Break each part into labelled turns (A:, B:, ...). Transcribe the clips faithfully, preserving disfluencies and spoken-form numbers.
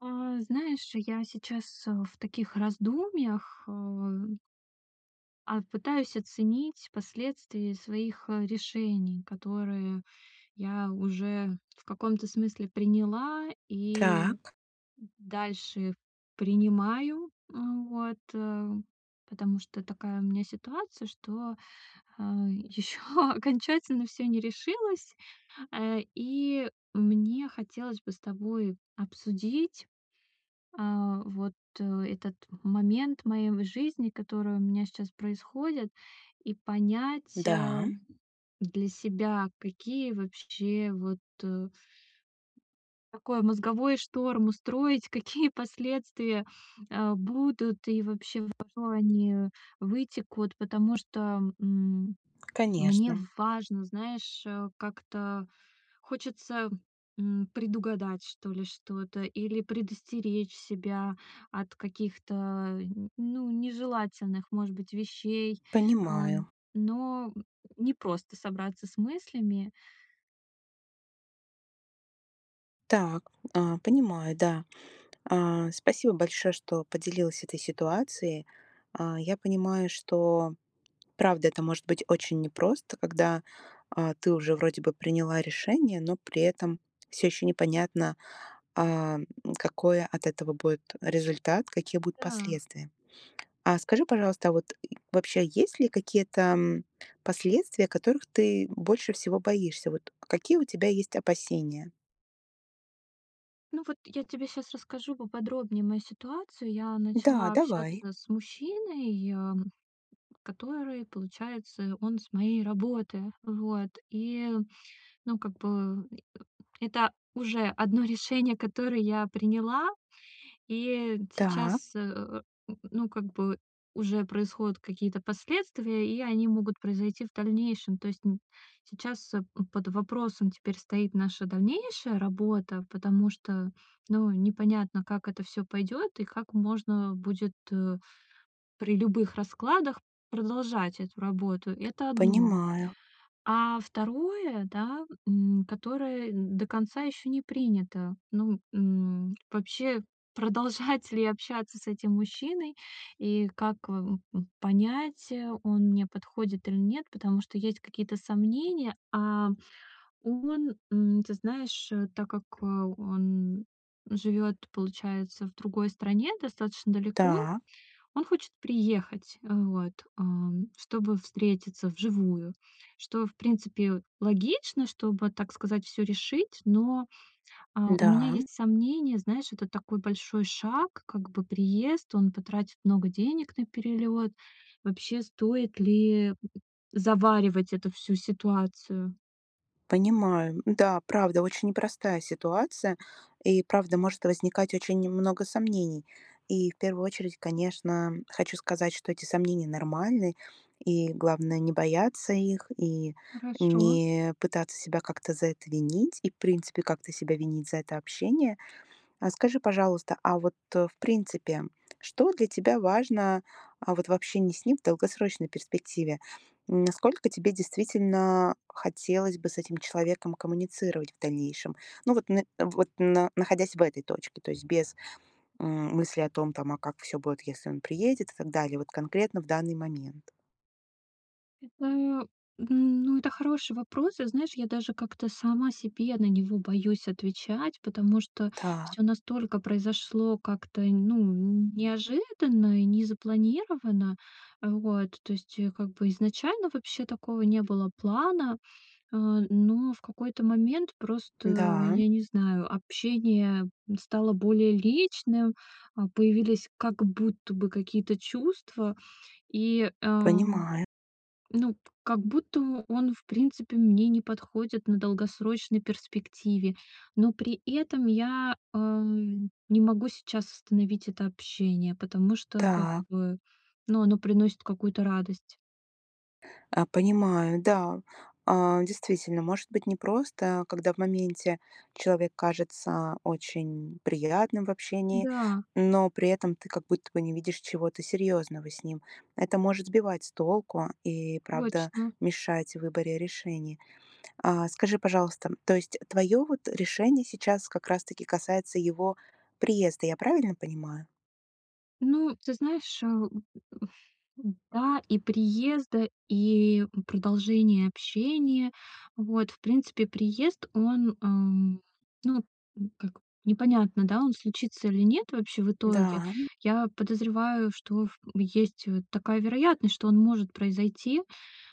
A: А, знаешь, я сейчас, э, в таких раздумьях, э, а, пытаюсь оценить последствия своих, э, решений, которые я уже в каком-то смысле приняла и
B: Так,
A: дальше принимаю. М, вот, э, потому что такая у меня ситуация, что, а, еще окончательно все не решилось, э, и мне хотелось бы с тобой обсудить, а, вот э, этот момент моей жизни, который у меня сейчас происходит, и понять, э,
B: да,
A: для себя, какие вообще вот э, такой мозговой шторм устроить, какие последствия э, будут и вообще во что они вытекут, потому что, м, мне
B: конечно,
A: важно, знаешь, э, как-то Хочется, м, предугадать, что ли, что-то или предостеречь себя от каких-то, н ну, нежелательных, может быть, вещей,
B: понимаю.
A: ам, но не просто собраться с мыслями.
B: Так, а, понимаю, да. А, спасибо большое, что поделилась этой ситуацией. А, я понимаю, что правда это может быть очень непросто, когда а, ты уже вроде бы приняла решение, но при этом все еще непонятно, а, м, какой от этого будет результат, какие будут
A: Да.
B: последствия. А скажи, пожалуйста, а вот и вообще есть ли какие-то, м, последствия, которых ты больше всего боишься? Вот какие у тебя есть опасения?
A: Ну, вот я тебе сейчас расскажу поподробнее мою ситуацию. Я
B: Да,
A: начала
B: давай.
A: общаться с мужчиной, ам, который, получается, он с моей работы. Вот, и, ну, как бы это уже одно решение, которое я приняла. И
B: Так,
A: сейчас, э, ну, как бы уже происходят какие-то последствия, и они могут произойти в дальнейшем. То есть н- сейчас, э, под вопросом теперь стоит наша дальнейшая работа, потому что, ну, непонятно, как это все пойдет и как можно будет, э, при любых раскладах, продолжать эту работу. Это одно.
B: понимаю.
A: А второе, да, м, которое до конца еще не принято. Ну, м, вообще, продолжать ли общаться с этим мужчиной и как, м, м, понять, э, он мне подходит или нет, потому что есть какие-то сомнения, а он, м, ты знаешь, э, так как, э, он живет, получается, в другой стране, достаточно далеко,
B: Так,
A: он хочет приехать, э, вот, ам, чтобы встретиться вживую, что, в принципе, логично, чтобы, так сказать, все решить, но, а, у меня
B: да.
A: есть сомнения, знаешь, это такой большой шаг, как бы приезд, он потратит много денег на перелет. Вообще, стоит ли заваривать эту всю ситуацию?
B: Понимаю. Да, правда, очень непростая ситуация, и правда может возникать очень много сомнений. И в первую очередь, конечно, хочу сказать, что эти сомнения нормальны, и главное не бояться их, и
A: Хорошо.
B: не пытаться себя как-то за это винить, и в принципе как-то себя винить за это общение. А скажи, пожалуйста, а вот, э, в принципе, что для тебя важно, а, вот вообще не с ним в долгосрочной перспективе? М, насколько тебе действительно хотелось бы с этим человеком коммуницировать в дальнейшем? Ну, вот на вот на находясь в этой точке, то есть без, м, мысли о том, там, а как все будет, если он приедет и так далее. Вот конкретно в данный момент.
A: Это, м, ну, это хороший вопрос. И знаешь, я даже как-то сама себе на него боюсь отвечать, потому что
B: Так,
A: все настолько произошло как-то, ну, неожиданно и не запланировано. Э, вот, то есть, э, как бы изначально вообще такого не было плана, э, но в какой-то момент просто,
B: да,
A: я не знаю, общение стало более личным, а, появились как будто бы какие-то чувства. И, э
B: понимаю.
A: ну, п как будто он, в принципе, мне не подходит на долгосрочной перспективе, но при этом я, а, не могу сейчас остановить это общение, потому что как
B: Так.
A: бы, ну, оно приносит какую-то радость.
B: А, понимаю, да. А, действительно, может быть непросто, когда в моменте человек кажется очень приятным в общении,
A: Да,
B: но при этом ты как будто бы не видишь чего-то серьезного с ним. Это может сбивать с толку и, правда,
A: точно.
B: мешать в выборе решений. А, скажи, пожалуйста, то есть твое вот решение сейчас как раз-таки касается его приезда, я правильно понимаю?
A: Ну, ты знаешь, а, да, и приезда, и продолжение общения. Вот, в принципе, приезд, он, ам, ну, м, как непонятно, да, он случится или нет вообще в итоге.
B: Да,
A: Я подозреваю, что в- есть, э, такая вероятность, что он может произойти,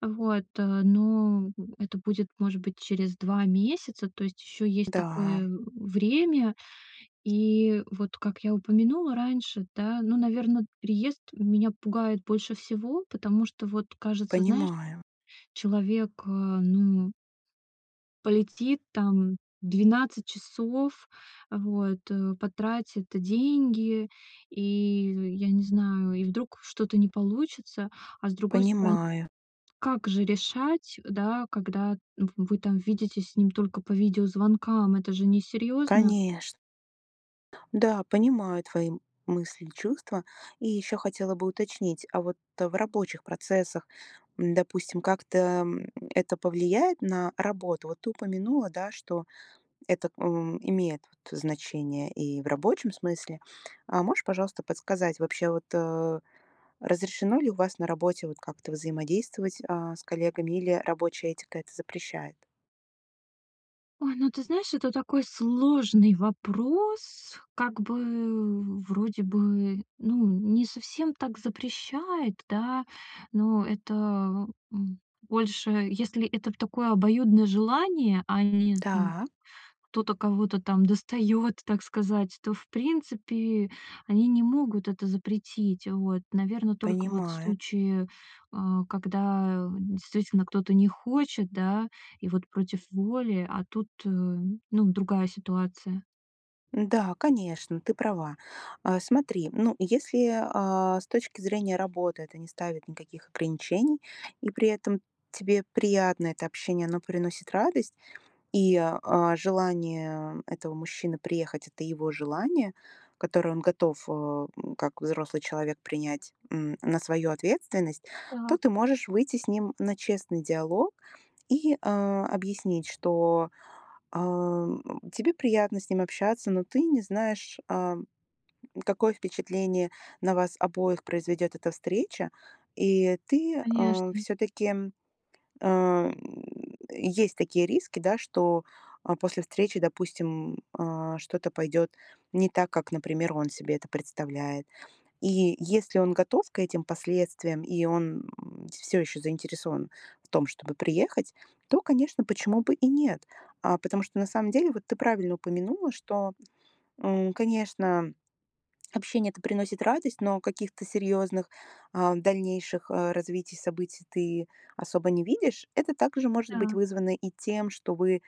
A: вот, э, но это будет, может быть, через два месяца, то есть еще есть
B: да,
A: такое, э, время, и вот, как я упомянула раньше, да, ну, наверное, переезд меня пугает больше всего, потому что вот кажется, знаешь,
B: понимаю,
A: человек, э, ну, полетит там двенадцать часов, вот, э, потратит деньги, и, я не знаю, и вдруг что-то не получится. А с другой стороны,
B: понимаю,
A: как же решать, да, когда вы там видитесь с ним только по видеозвонкам? Это же несерьезно.
B: конечно. Да, понимаю твои мысли и чувства. И еще хотела бы уточнить, а вот э, в рабочих процессах, м, допустим, как-то м, это повлияет на работу? Вот ты упомянула, да, что это м, имеет вот значение и в рабочем смысле. А можешь, пожалуйста, подсказать вообще вот э, разрешено ли у вас на работе вот как-то взаимодействовать а, с коллегами или рабочая этика это запрещает?
A: Ой, ну ты знаешь, это такой сложный вопрос, как бы вроде бы, ну, не совсем так запрещает, да, но это, м, больше, если это такое обоюдное желание, а не, м,
B: Так,
A: кто-то кого-то там достает, так сказать, то, в принципе, они не могут это запретить. Вот. Наверное, только вот в
B: понимаю.
A: случае, а, когда действительно кто-то не хочет, да, и вот против воли, а тут, э, ну, другая ситуация.
B: Да, конечно, ты права. А, смотри, ну, если а, с точки зрения работы это не ставит никаких ограничений, и при этом тебе приятно это общение, оно приносит радость, и а, желание этого мужчины приехать, это его желание, которое он готов, а, м, как взрослый человек, принять м, на свою ответственность, то ты
A: Так,
B: можешь выйти с ним на честный диалог и а, объяснить, что Ам, тебе приятно с ним общаться, но ты не знаешь, ам, какое впечатление на вас обоих произведет эта встреча. И ты
A: конечно.
B: все-таки а, есть такие риски, да, что, а, после встречи, допустим, а, что-то пойдет не так, как, например, он себе это представляет. И если он готов к этим последствиям, и он все еще заинтересован в том, чтобы приехать, то, конечно, почему бы и нет? А, потому что на самом деле, вот ты правильно упомянула, что, м, конечно, общение это приносит радость, но каких-то серьезных а, дальнейших а, развитий событий ты особо не видишь. Это также может быть
A: Да,
B: вызвано и тем, что вы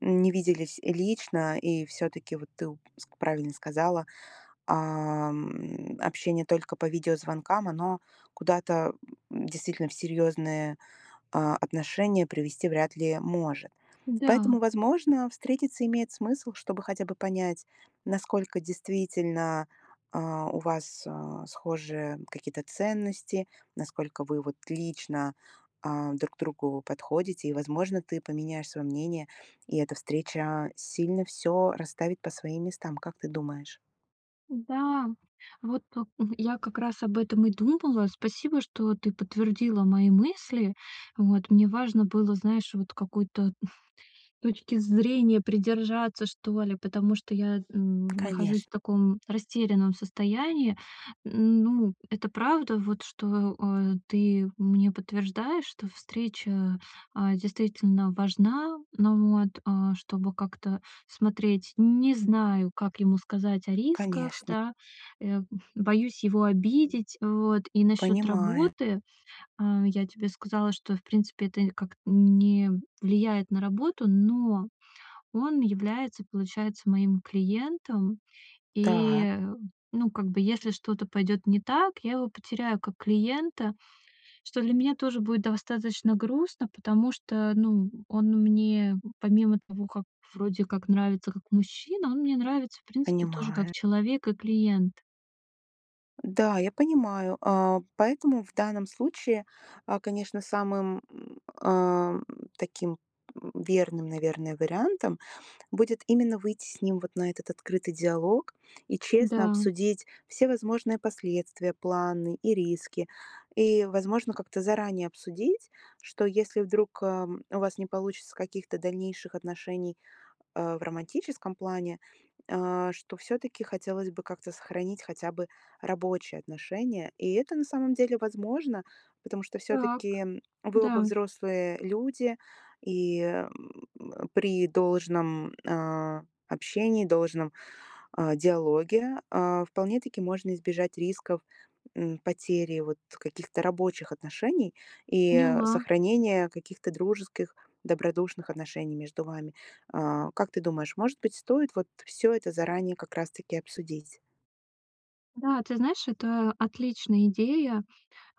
B: не виделись лично, и все-таки, вот ты ск- правильно сказала, а, м, общение только по видеозвонкам, оно куда-то м, действительно в серьезные а, отношения привести вряд ли может.
A: да,
B: Поэтому, возможно, встретиться имеет смысл, чтобы хотя бы понять, насколько действительно а, у вас а, схожи какие-то ценности, насколько вы вот лично а, друг к другу подходите, и, возможно, ты поменяешь свое мнение, и эта встреча сильно все расставит по своим местам. Как ты думаешь?
A: да. Вот э, я как раз об этом и думала. Спасибо, что ты подтвердила мои мысли. Вот, мне важно было, знаешь, вот какой-то Точки зрения придержаться, что ли, потому что я, м, нахожусь в
B: Конечно,
A: таком растерянном состоянии. Ну, это правда, вот что, э, ты мне подтверждаешь, что встреча, а, действительно важна. Ну вот, а, чтобы как-то смотреть, не знаю, как ему сказать о рисках,
B: конечно,
A: да, э, боюсь его обидеть. Вот. И насчет
B: понимаю.
A: работы, а, я тебе сказала, что, в принципе, это как не влияет на работу, но он является, получается, моим клиентом.
B: Так,
A: И, ну, как бы, если что-то пойдет не так, я его потеряю как клиента, что для меня тоже будет достаточно грустно, потому что, ну, он мне, помимо того, как вроде как нравится как мужчина, он мне нравится, в принципе, тоже как
B: понимаю.
A: человек и клиент.
B: Да, я понимаю. А, поэтому в данном случае, а, конечно, самым м, ам, таким м, верным, наверное, вариантом будет именно выйти с ним вот на этот открытый диалог и
A: Да,
B: честно обсудить все возможные последствия, планы и риски. И, возможно, как-то заранее обсудить, что если вдруг ам, у вас не получится каких-то дальнейших отношений э, в романтическом плане, а, что все-таки хотелось бы как-то сохранить хотя бы рабочие отношения. И это на самом деле возможно, потому что
A: так,
B: все-таки вы
A: да,
B: оба взрослые люди, и м, при должном а, общении, должном а, диалоге, а, вполне-таки можно избежать рисков м, потери вот каких-то рабочих отношений и э,
A: поняла.
B: сохранения каких-то дружеских, добродушных отношений между вами. А, как ты думаешь, может быть, стоит вот все это заранее как раз-таки обсудить?
A: Да, ты знаешь, это отличная идея.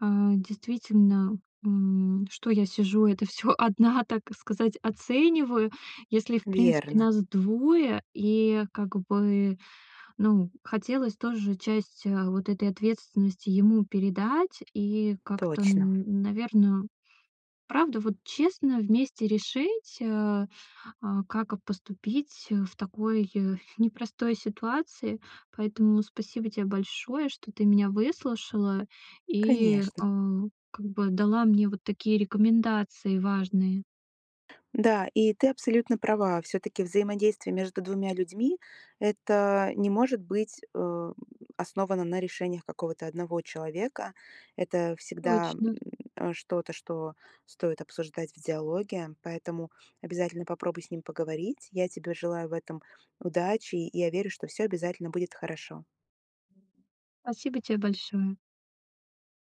A: А, действительно, м, что я сижу, это все одна, так сказать, оцениваю, если, в принципе,
B: Верно,
A: нас двое, и как бы, ну, хотелось тоже часть, а, вот этой ответственности ему передать и как-то,
B: точно,
A: наверное, правда, вот честно вместе решить, а, а, как поступить, э, в такой, э, непростой ситуации. Поэтому спасибо тебе большое, что ты меня выслушала и,
B: конечно.
A: а, как бы, дала мне вот такие рекомендации важные.
B: Да, и ты абсолютно права. Все-таки взаимодействие между двумя людьми это не может быть э, основано на решениях какого-то одного человека. Это всегда м,
A: Точно.
B: э, что-то, что стоит обсуждать в диалоге. Поэтому обязательно попробуй с ним поговорить. Я тебе желаю в этом удачи, и я верю, что все обязательно будет хорошо.
A: Спасибо тебе большое.